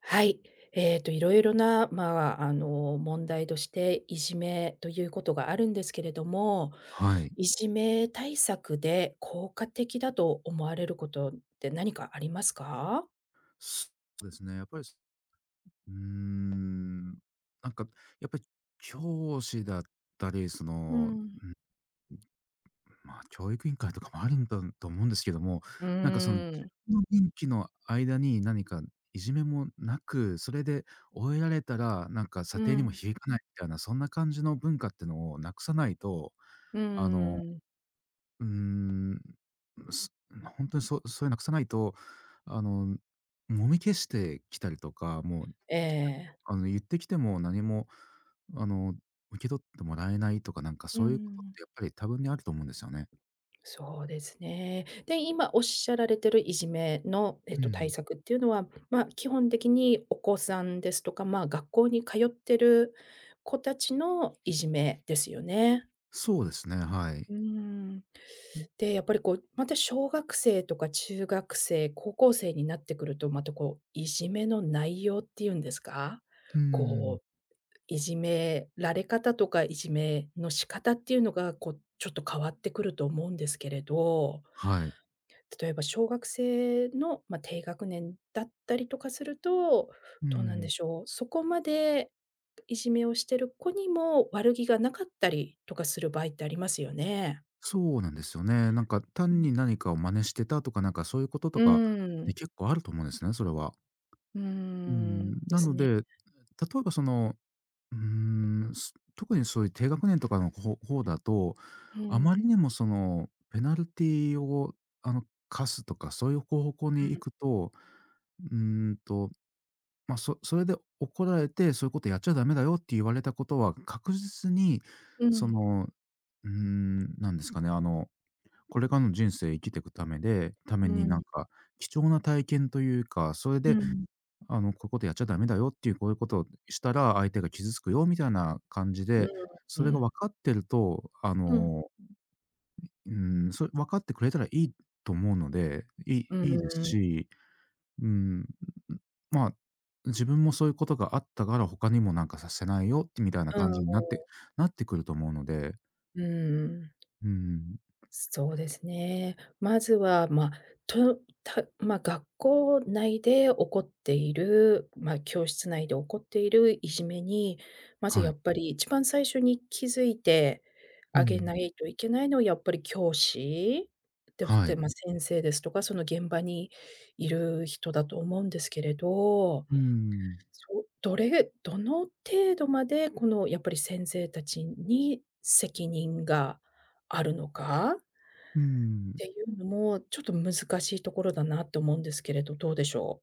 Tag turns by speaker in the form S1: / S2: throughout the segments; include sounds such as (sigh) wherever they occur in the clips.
S1: はい。いろいろな、まあ、あの、問題として、いじめということがあるんですけれども、
S2: はい。
S1: いじめ対策で効果的だと思われることって何かありますか？
S2: そうですね、やっぱり、うーん、なんかやっぱり教師だったり、そ
S1: う
S2: の、
S1: ん。
S2: まあ、教育委員会とかもあるんだと思うんですけども、
S1: うー
S2: なんかその、自
S1: ん。
S2: 分の任期の間に何かいじめもなく、それで終えられたら、なんか査
S1: う
S2: 定にも
S1: ん。
S2: 響かないみたいな、そんな感じの文化ってのをなくさないと、
S1: うー
S2: あの
S1: ん。
S2: うーん、すほにそそういうなくさないと、あの、揉み消してきたりとか、もう、
S1: ええ。
S2: あの、言ってきても何も、あの、受け取ってもらえないとか、なんか
S1: う
S2: そういうことっ
S1: ん。
S2: てやっぱり多分にあると思うんですよね。
S1: そうですね。で、今おっしゃられてるいじめの、
S2: う
S1: 対
S2: ん。
S1: 策っていうのは、まあ、基本的にお子さんですとか、まあ、学校に通ってる子たちのいじめですよね。
S2: そうですね、はい。
S1: うーん。
S2: う
S1: で、やっぱりこう、また小学生とか中学生、高校生になってくると、またこう、いじめの内容っていうんですか、
S2: ん、
S1: こう、いじめられ方とか、いじめの仕方っていうのが、こう、ちょっと変わってくると思うんですけれど。
S2: はい。
S1: 例えば小学生の、まあ、低学年だったりとかすると、
S2: う
S1: どうなん
S2: ん。
S1: でしょう、そこまでいじめをしてる子にも悪気がなかったりとかする場合ってありますよね。
S2: そうなんですよね。なんか
S1: う
S2: 単に
S1: ん。
S2: 何かを真似してたとか、なんかそういうことと
S1: う
S2: か、
S1: ー
S2: ね、
S1: ん。
S2: 結構あると思うんですね、それは。
S1: うー
S2: う
S1: ん。
S2: ん、
S1: で
S2: な
S1: す
S2: の
S1: ね。
S2: で、例えばその特にそういう低学年とかの方方だと、
S1: う
S2: あま
S1: ん。
S2: りにもそのペナルティをあの課すとか、そういう方向
S1: う
S2: に行
S1: ん。
S2: くと、うーんと、ま、そそれで怒られて、そういうことやっちゃダメだよって言われたことは、確実に
S1: う
S2: そ
S1: ん。
S2: の、なんですかね、あの、これからの人生生きていくためでため
S1: う
S2: になん
S1: ん。
S2: か貴重な体験というか、それ
S1: う
S2: で
S1: ん。
S2: あの、こういうことやっちゃダメだよっていう、こういうことをしたら相手が傷つくよみたいな感じで、
S1: う
S2: それが分
S1: ん。
S2: かってると、あ
S1: うん。
S2: の、それ分かってくれたらいいと思うので、
S1: うん
S2: いいで
S1: う
S2: す
S1: ん。
S2: し、うーん、まあ、自分もそういうことがあったから、他にもなんかさせないよってみたいな
S1: う
S2: 感じに
S1: ん
S2: なってくると思うので、
S1: うん。
S2: うーん、
S1: そうですね。まずは、ま、まあ、学校内で起こっている、まあ、教室内で起こっているいじめに、まず
S2: はい。
S1: やっぱり一番最初に気づいて
S2: う
S1: あげ
S2: ん、
S1: ないといけないのはやっぱり教師で、
S2: は
S1: で、
S2: い。
S1: まあ、先生ですとか、その現場にいる人だと思うんですけれど、
S2: うーん、
S1: そどれどの程度までこのやっぱり先生たちに責任があるのか？
S2: うーん。
S1: ていうのも、ちょっと難しいところだなって思うんですけれど、どうでしょう？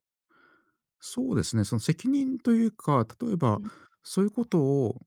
S2: そうですね、その責任というか、例え
S1: う
S2: ば
S1: ん、
S2: そういうことを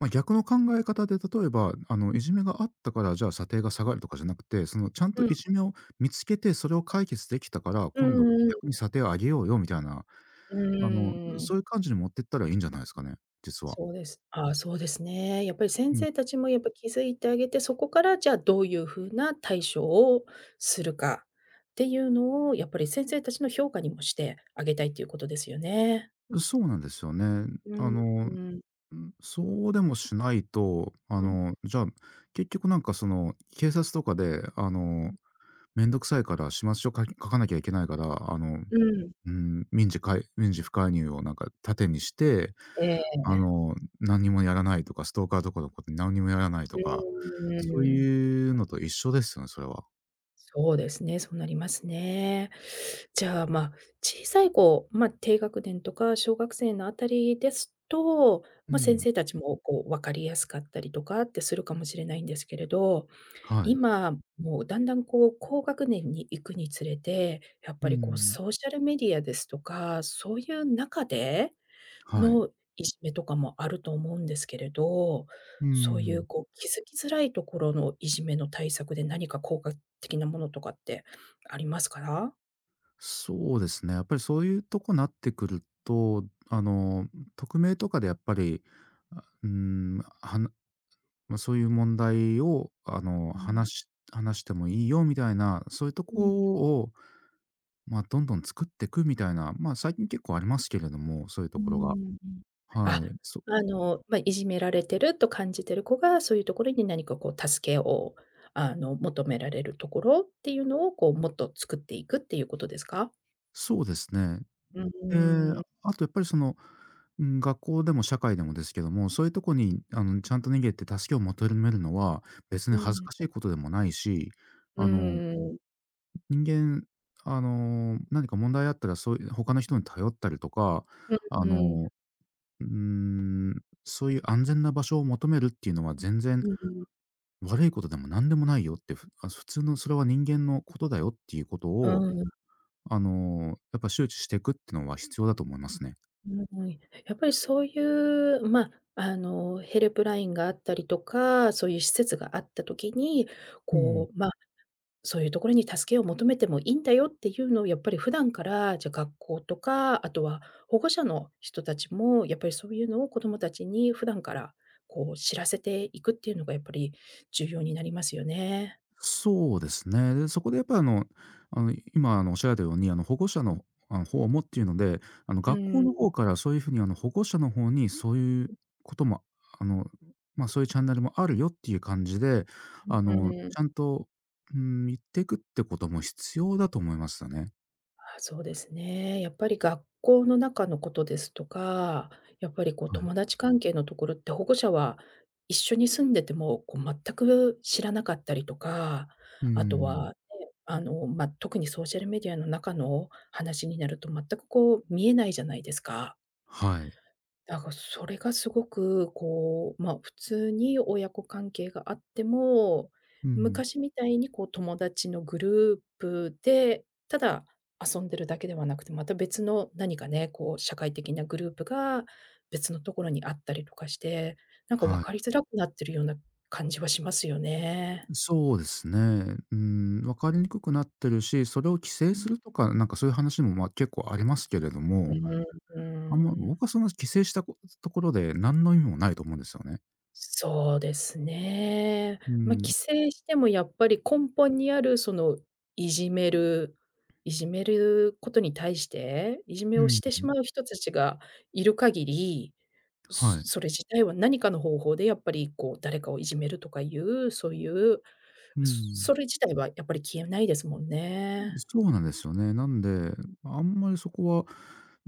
S2: まあ、逆の考え方で、例えば、あの、いじめがあったから、じゃあ、査定が下がるとかじゃなくて、その、ちゃん
S1: う
S2: と
S1: ん、
S2: いじめを見つけて、それを解決できたから、
S1: う
S2: 今度
S1: んう
S2: 逆
S1: ん。
S2: に査定を上げようよみたいな、
S1: う
S2: あの、
S1: ーん。
S2: そういう感じに持ってったらいいんじゃないですかね、実は。
S1: そうです。ああ、そうですね。やっぱり先
S2: うん。
S1: 生たちもやっぱ気づいてあげて、そこからじゃあどういう風な対処をするかっていうのを、やっぱり先生たちの評価にもしてあげたいっていうことですよね。
S2: そうなんですよね。
S1: う
S2: あ
S1: ん、
S2: の、
S1: うん、
S2: そうでもしないと、あ
S1: うん、
S2: の、じゃあ、結局なんか、その、警察とかで、あ
S1: う
S2: の、
S1: ん、
S2: めんどくさいから始末書か書かなきゃいけないから、
S1: うん。
S2: 民事かい民事不介入をなんか盾にして、
S1: ええ、
S2: あの、何にもやらないとか、ストーカーとかのことに何にもやらない
S1: う
S2: とか、
S1: ー
S2: そう
S1: ん。
S2: いうのと一緒ですよね、それは。
S1: そうですね、そうなりますね。じゃあ、まあ、小さい子、まあ、低学年とか小学生のあたりですと、
S2: う
S1: まあ、先
S2: ん、
S1: 生たちもこう分かりやすかったりとかってするかもしれないんですけれど、
S2: はい。
S1: 今、もうだんだんこう高学年に行くにつれて、やっ
S2: う
S1: ぱりこう
S2: ん、
S1: ソーシャルメディアですとか、そういう中で
S2: はい。
S1: のいじめとかもあると思うんですけれど、
S2: う
S1: そうい
S2: ん。
S1: うこう気づきづらいところのいじめの対策で何か効果的なものとかってありますか？
S2: そうですね、やっぱりそういうとこなってくると、あの、匿名とかでやっぱり、あ、うーん、はなまあ、そういう問題を、あの、
S1: うん。
S2: 話してもいいよみたいな、そういうと
S1: うん。
S2: こをまあ、どんどん作っていくみたいな、まあ、最近結構ありますけれども、そういうと
S1: う
S2: ころが。
S1: ん、うん。あ、
S2: はい。
S1: あの、ま、いじめられてると感じてる子が、そういうところに何かこう助けを、あの、求められるところっていうのを、こうもっと作っていくっていうことですか？
S2: そうですね。
S1: うーん、
S2: あとやっぱりその、うん、学校でも社会でもですけども、そういうとこに、あの、ちゃんと逃げて助けを求めるのは、別
S1: う
S2: に恥ず
S1: ん、
S2: かしいことでもないし、
S1: うー
S2: あの、
S1: ん、うん、
S2: 人間、あの、何か問題あったら、そういう他の人に頼ったりとか、
S1: う
S2: あ
S1: ん。
S2: の、うん、そういう安全な場所を求めるっていうのは全然
S1: うん。
S2: 悪いことでも何でもないよって、普通のそれは人間のことだよっていうこと
S1: う
S2: を、
S1: ーん
S2: あの、やっぱ周知していくってのは必要だと思いますね。
S1: うん、やっぱりそういう、まあ、あの、ヘルプラインがあったりとか、そういう施設があった時に、
S2: うん。
S1: こう、まあ、そういうところに助けを求めてもいいんだよっていうのをやっぱり普段から、じゃ、学校とか、あとは保護者の人たちも、やっぱりそういうのを子どもたちに普段から、こう知らせていくっていうのがやっぱり重要になりますよね。
S2: そうですね。で、そこでやっぱりあの、あの、今あの、おっしゃられたように、あの、保護者の、あの、方もっていうので、あの、
S1: う
S2: 学
S1: ん、
S2: 校の
S1: う
S2: 方からそういうふうにあの、保護者の方にそういうことも、あの、ま、そういうチャンネルもあるよっていう感じで、あ
S1: ー
S2: の、
S1: ん。
S2: ちゃんと、うてん、言っていくってことも必要だと思いますよね。
S1: あそうですね。やっぱり学校の中のことですとか、やっぱりこう
S2: はい。
S1: 友達関係のところって保護者は一緒に住んでてもこう全く知らなかったりとか、
S2: う
S1: あと
S2: ん。
S1: はね、あの、まあ、特にソーシャルメディアの中の話になると全くこう見えないじゃないですか。
S2: はい。
S1: それがすごく、こう、まあ、普通に親子関係があっても、
S2: うん。
S1: 昔みたいにこう友達のグループで、ただ遊んでるだけではなくて、また別の何かね、こう社会的なグループが別のところにあったりとかして、なんか分
S2: はい。
S1: かりづらくなってるような感じはしますよね。
S2: そうですね。うん、分かりにくくなってるし、それを規制
S1: う
S2: す
S1: ん。
S2: るとか、なんかそういう話も、ま、結構ありますけれども、
S1: う
S2: あんま
S1: ん。
S2: 僕はそんな規制したこ、ところで何の意味もないと思うんですよね。
S1: そうですね。
S2: う
S1: まあ、
S2: ん、
S1: 規制してもやっぱり根本にあるその、いじめるいじめることに対して、いじめ
S2: う
S1: を
S2: ん、
S1: してしまう人たちがいる限り、
S2: は
S1: そ
S2: い。
S1: それ自体は何かの方法でやっぱりこう誰かをいじめるとかいう、そういう、
S2: うん。
S1: それ自体はやっぱり消えないですもんね。
S2: そうなんですよね。なんで、あんまりそこは、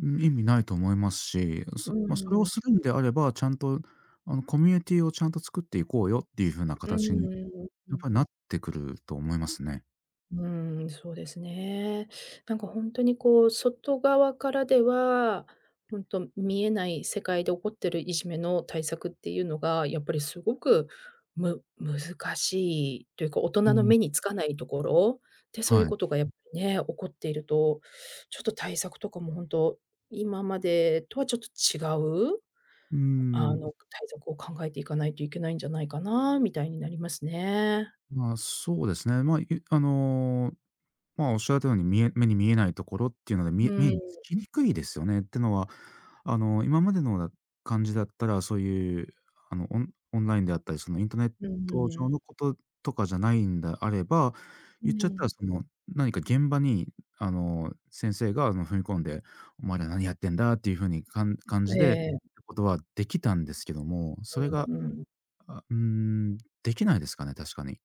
S2: うん、意味ないと思いますし、そまあ、それをするんであれば、ちゃんとあのコミュニティをちゃんと作っていこうよっていう風な
S1: うん
S2: 形に
S1: うんう
S2: やっ
S1: ん。
S2: ぱりなってくると思いますね。
S1: うーん、そうですね。なんか本当にこう、外側からでは、本当見えない世界で起こってるいじめの対策っていうのが、やっぱりすごく、難しいというか、大人
S2: う
S1: の
S2: ん、
S1: 目につかないところで、そういう
S2: はい。
S1: ことがやっぱりね、起こっていると、ちょっと対策とかも本当今までとはちょっと違う、
S2: うー
S1: あ
S2: ん、
S1: の、対策を考えていかないといけないんじゃないかなみたいになりますね。
S2: まあ、そうですね。まあ、あの、まあ、おっしゃられたように、目に見えないところっていうので、
S1: うん、
S2: 目
S1: う
S2: につきにくいですよね。ってのは、あの、今までのだ感じだったら、そういう、あの、オンラインであったり、そのインターネット上
S1: ん。
S2: のこととかじゃないんであれば、
S1: う
S2: 言っちゃったら、
S1: ん。
S2: その、何か現場に、あの、先生が、あの、踏み込んで、お前ら何やってんだっていう風に感
S1: え
S2: じでって
S1: え、
S2: ことはできたんですけども、それが、
S1: うんうん。
S2: できないですかね、確かに。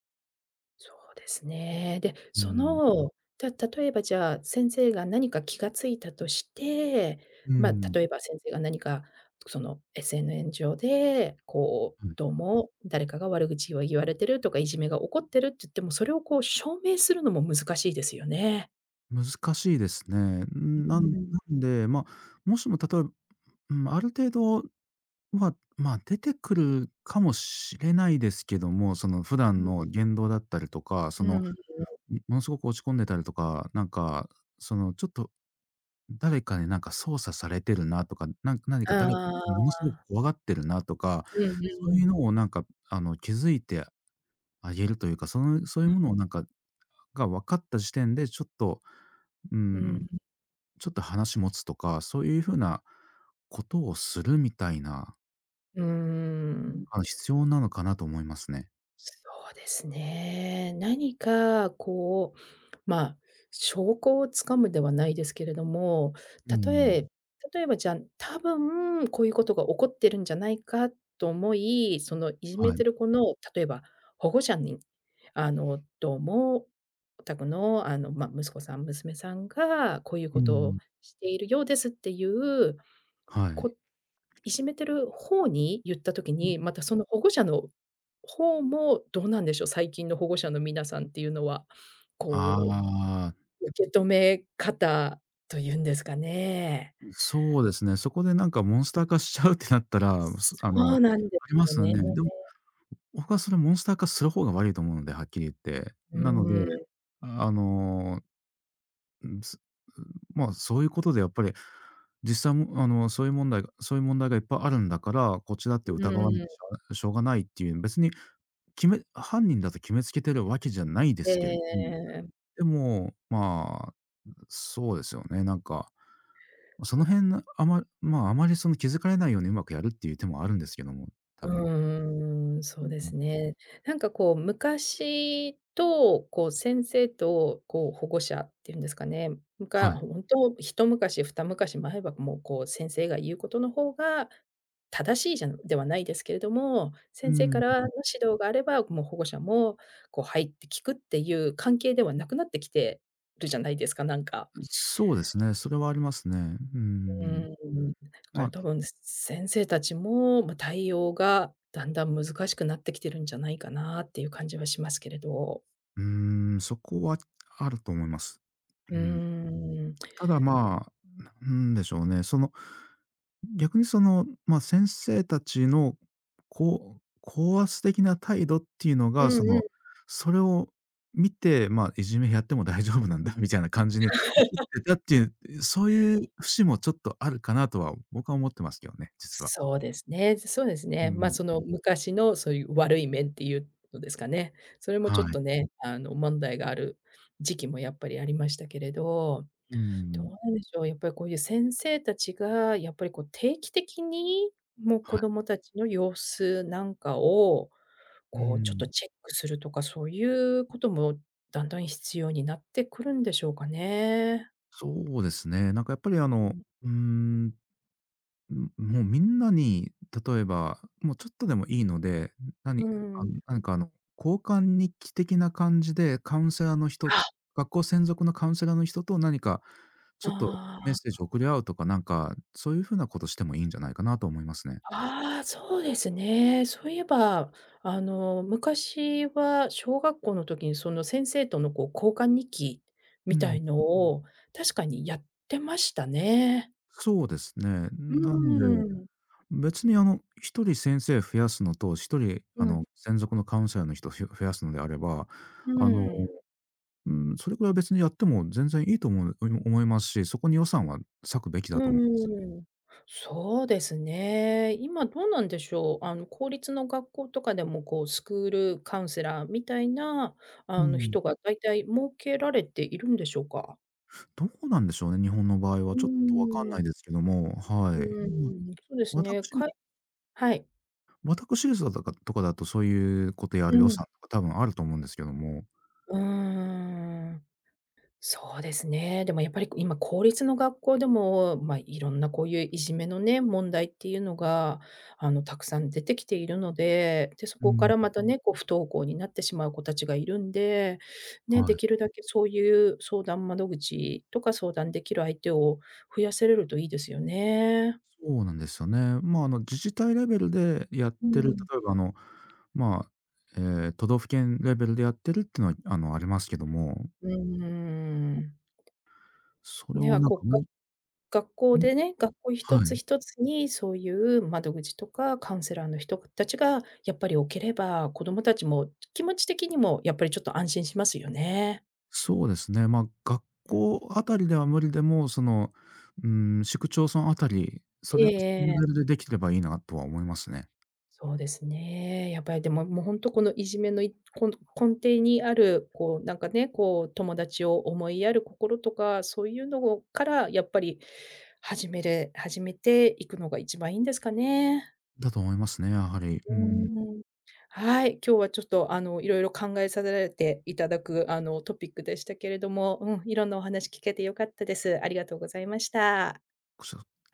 S1: そうですね。で、
S2: う
S1: そ
S2: ん、
S1: の、例えばじゃあ、先生が何か気がついたとして、
S2: う
S1: まあ、
S2: ん、
S1: 例えば先生が何か、その SNN 上で、こう、
S2: はい。
S1: どうも誰かが悪口を言われてるとか、いじめが起こってるって言っても、それをこう証明するのも難しいですよね。
S2: 難しいですね。
S1: うん。
S2: なんで、まあ、もしも例えば、うん、ある程度は、まあ、出てくるかもしれないですけども、その普段
S1: う
S2: の言動だったりとか、そ
S1: ん、う
S2: の、
S1: ん。
S2: ものすごく落ち込んでたりとか、なんか、そのちょっと誰かになんか操作されてるなとか、なんか何か
S1: あ
S2: 誰かも
S1: あ、
S2: のすごく怖がってるなとか、
S1: うんう
S2: そういう
S1: ん。
S2: のをなんかあの気づいてあげるというか、そのそういうものをなんか、分かった時点でちょっと、うー
S1: う
S2: ん、
S1: ん、
S2: ちょっと話持つとか、そういう風なことをするみたいな、
S1: うーん。
S2: あの、必要なのかなと思いますね。
S1: そうですね。何かこう、まあ、証拠をつかむではないですけれども、
S2: うん、
S1: 例え例えばじゃあ、多分こういうことが起こってるんじゃないかと思い、そのいじめ
S2: はい。
S1: てる子の例えば保護者に、あの、どうも、お宅のあの、ま、息子さん、娘さんがこういう
S2: う
S1: ことを
S2: ん、
S1: しているようですっていう
S2: はい。
S1: こいじめてる方に言った時に、またその保護者の方もどうなんでしょう、最近の保護者の皆さんっていうのは、こ
S2: ああ、
S1: う、受け止め方というんですかね。
S2: そうですね。そこでなんかモンスター化しちゃうってなったら、
S1: そ
S2: あの、
S1: うなんで
S2: ありま
S1: すよ
S2: すよ
S1: ね。
S2: ね。でも、僕はそれモンスター化する方が悪いと思うので、はっきり言って。
S1: う
S2: なので、
S1: ん、う
S2: あのん、すまあそういうことでやっぱり、実際もあの、そういう問題がいっぱいあるんだから、こっちだって疑わなきゃ
S1: ん、
S2: しょうがないっていう、別に犯人だと決めつけてるわけじゃないで
S1: え
S2: すけども、
S1: え。
S2: でも、まあ、そうですよね、なんか、その辺なあままあ、あまりその気づかれないようにうまくやるっていう手もあるんですけども、多
S1: う
S2: 分。
S1: ーん、そ
S2: う
S1: う
S2: ん
S1: で
S2: うん。
S1: すね。なんかこう、昔と、こう、先生と、こう、保護者っていうんですかね、む
S2: は
S1: かほ
S2: い。
S1: んと、一昔二昔前は、もう、こう、先生が言うことの方が正しいじゃではないですけれども、
S2: うー
S1: 先生から
S2: ん、
S1: の指導があれば、もう保護者も、こう、「入って聞くっていう関係ではなくなってきてるじゃないですか、なんか。
S2: そうですね、それはありますね。うー
S1: う
S2: ん。
S1: ん、だ
S2: ま
S1: から
S2: あ、
S1: 多分、先生たちも、ま、対応がだんだん難しくなってきてるんじゃないかなっていう感じはしますけれど。
S2: うーん、そこはあると思います。う
S1: うー
S2: ん。
S1: ん。
S2: ただまあ、なんでしょうね、その、逆にその、まあ、先生たちの、こう高圧的な態度っていうの
S1: う
S2: が、そ
S1: んう
S2: の、
S1: ん。
S2: それを見て、まあ、いじめやっても大丈夫なんだ (laughs) みたいな感じに映ってたっていう、そういう節もちょっとあるかなとは僕は思ってますけどね、実は。
S1: そうですね、そうです
S2: う
S1: ね。ま、
S2: ん。
S1: その昔のそういう悪い面っていうのですかね。それもち
S2: は
S1: ょっ
S2: い。
S1: とね、あの、問題がある時期もやっぱりありましたけれど、
S2: う
S1: どう
S2: ん。
S1: なんでしょう、やっぱりこういう先生たちがやっぱりこう定期的に、もう
S2: は
S1: 子
S2: い。
S1: 供たちの様子なんかを
S2: う
S1: こう、ちょっ
S2: ん。
S1: とチェックするとか、そういうこともだんだん必要になってくるんでしょうかね。
S2: そうですね。なんかやっぱりあ
S1: う
S2: の、
S1: ん。
S2: うーんもうみんなに、例えば、もうちょっとでもいいので、
S1: う
S2: 何あの、
S1: ん
S2: なんかあの、交換日記的な感じで、カウンセラーの人
S1: あ、
S2: 学校専属のカウンセラーの人と何かち
S1: あ
S2: ょっとメッセー
S1: あ、
S2: ジを送り合うとか、なんか、そういう風なことしてもいいんじゃないかなと思いますね。
S1: ああ、そうですね。そういえば、あの、昔は小学校の時にその先生との、こう、交換日記
S2: う
S1: みた
S2: ん。
S1: いのを確かにやってましたね。
S2: そうですね。
S1: うー
S2: なんで、
S1: ん。
S2: 別にあの、一人先生増やすのと、一人
S1: う
S2: あ
S1: ん、
S2: の、専属のカウンセラーの人増やすのであれば、
S1: う
S2: あの
S1: ん。
S2: うん、それぐらい別にやっても全然いいと思うい思いますし、そこに予算は割くべき
S1: う
S2: だと思います。
S1: ーん。そうですね。今どうなんでしょう。あの、公立の学校とかでも、こう、スクールカウンセラーみたいな、
S2: う
S1: あの、
S2: ん。
S1: 人が大体設けられているんでしょうか？
S2: どうなんでしょうね、日本の場合は。
S1: う
S2: ちょっとわかんな
S1: ー
S2: い
S1: ん。
S2: ですけども、は
S1: う
S2: い。
S1: ーん、
S2: ま
S1: そうですね。
S2: 私
S1: はい。
S2: 立だとかとかだとそういうことや
S1: う
S2: る予算
S1: ん。
S2: とか多分あると思うんですけども。
S1: うーん。そうですね。でもやっぱり今、公立の学校でも、ま、いろんなこういういじめのね、問題っていうのが、あの、たくさん出てきているので、で、そ
S2: う
S1: こか
S2: ん。
S1: らまたね、こう不登校になってしまう子たちがいるんで、ね、
S2: は
S1: で
S2: い。
S1: きるだけそういう相談窓口とか相談できる相手を増やせれるといいですよね。
S2: そうなんですよね。まあ、あの、自治体レベルでやっ
S1: う
S2: てる、
S1: ん。
S2: 例えばあの、まあ、ええ、都道府県レベルでやってるってのは、あの、ありますけども、
S1: うーん。
S2: それ
S1: ね、
S2: をなんか、
S1: 学校
S2: も
S1: でね、学校
S2: は
S1: 一つ
S2: い。
S1: 一つにそういう窓口とかカウンセラーの人たちがやっぱり置ければ、子どもたちも気持ち的にもやっぱりちょっと安心しますよね。
S2: そうですね。まあ、学校あたりでは無理でも、その、うん、市区町村あたり、
S1: ええ
S2: そのレ
S1: え
S2: ベル
S1: え。
S2: でできればいいなとは思いますね。
S1: そうですね。やっぱりでも、もうほんとこのいじめのいこん根底にある、こうなんかね、こう友達を思いやる心とか、そういうのをからやっぱり始めていくのが一番いいんですかね。
S2: だと思いますね、やはり。う
S1: う
S2: ん。
S1: ーん。はい、今日はちょっと、あの、いろいろ考えさせられていただく、あの、トピックでしたけれども、うん、いろんなお話聞けて良かったです。ありがとうございました。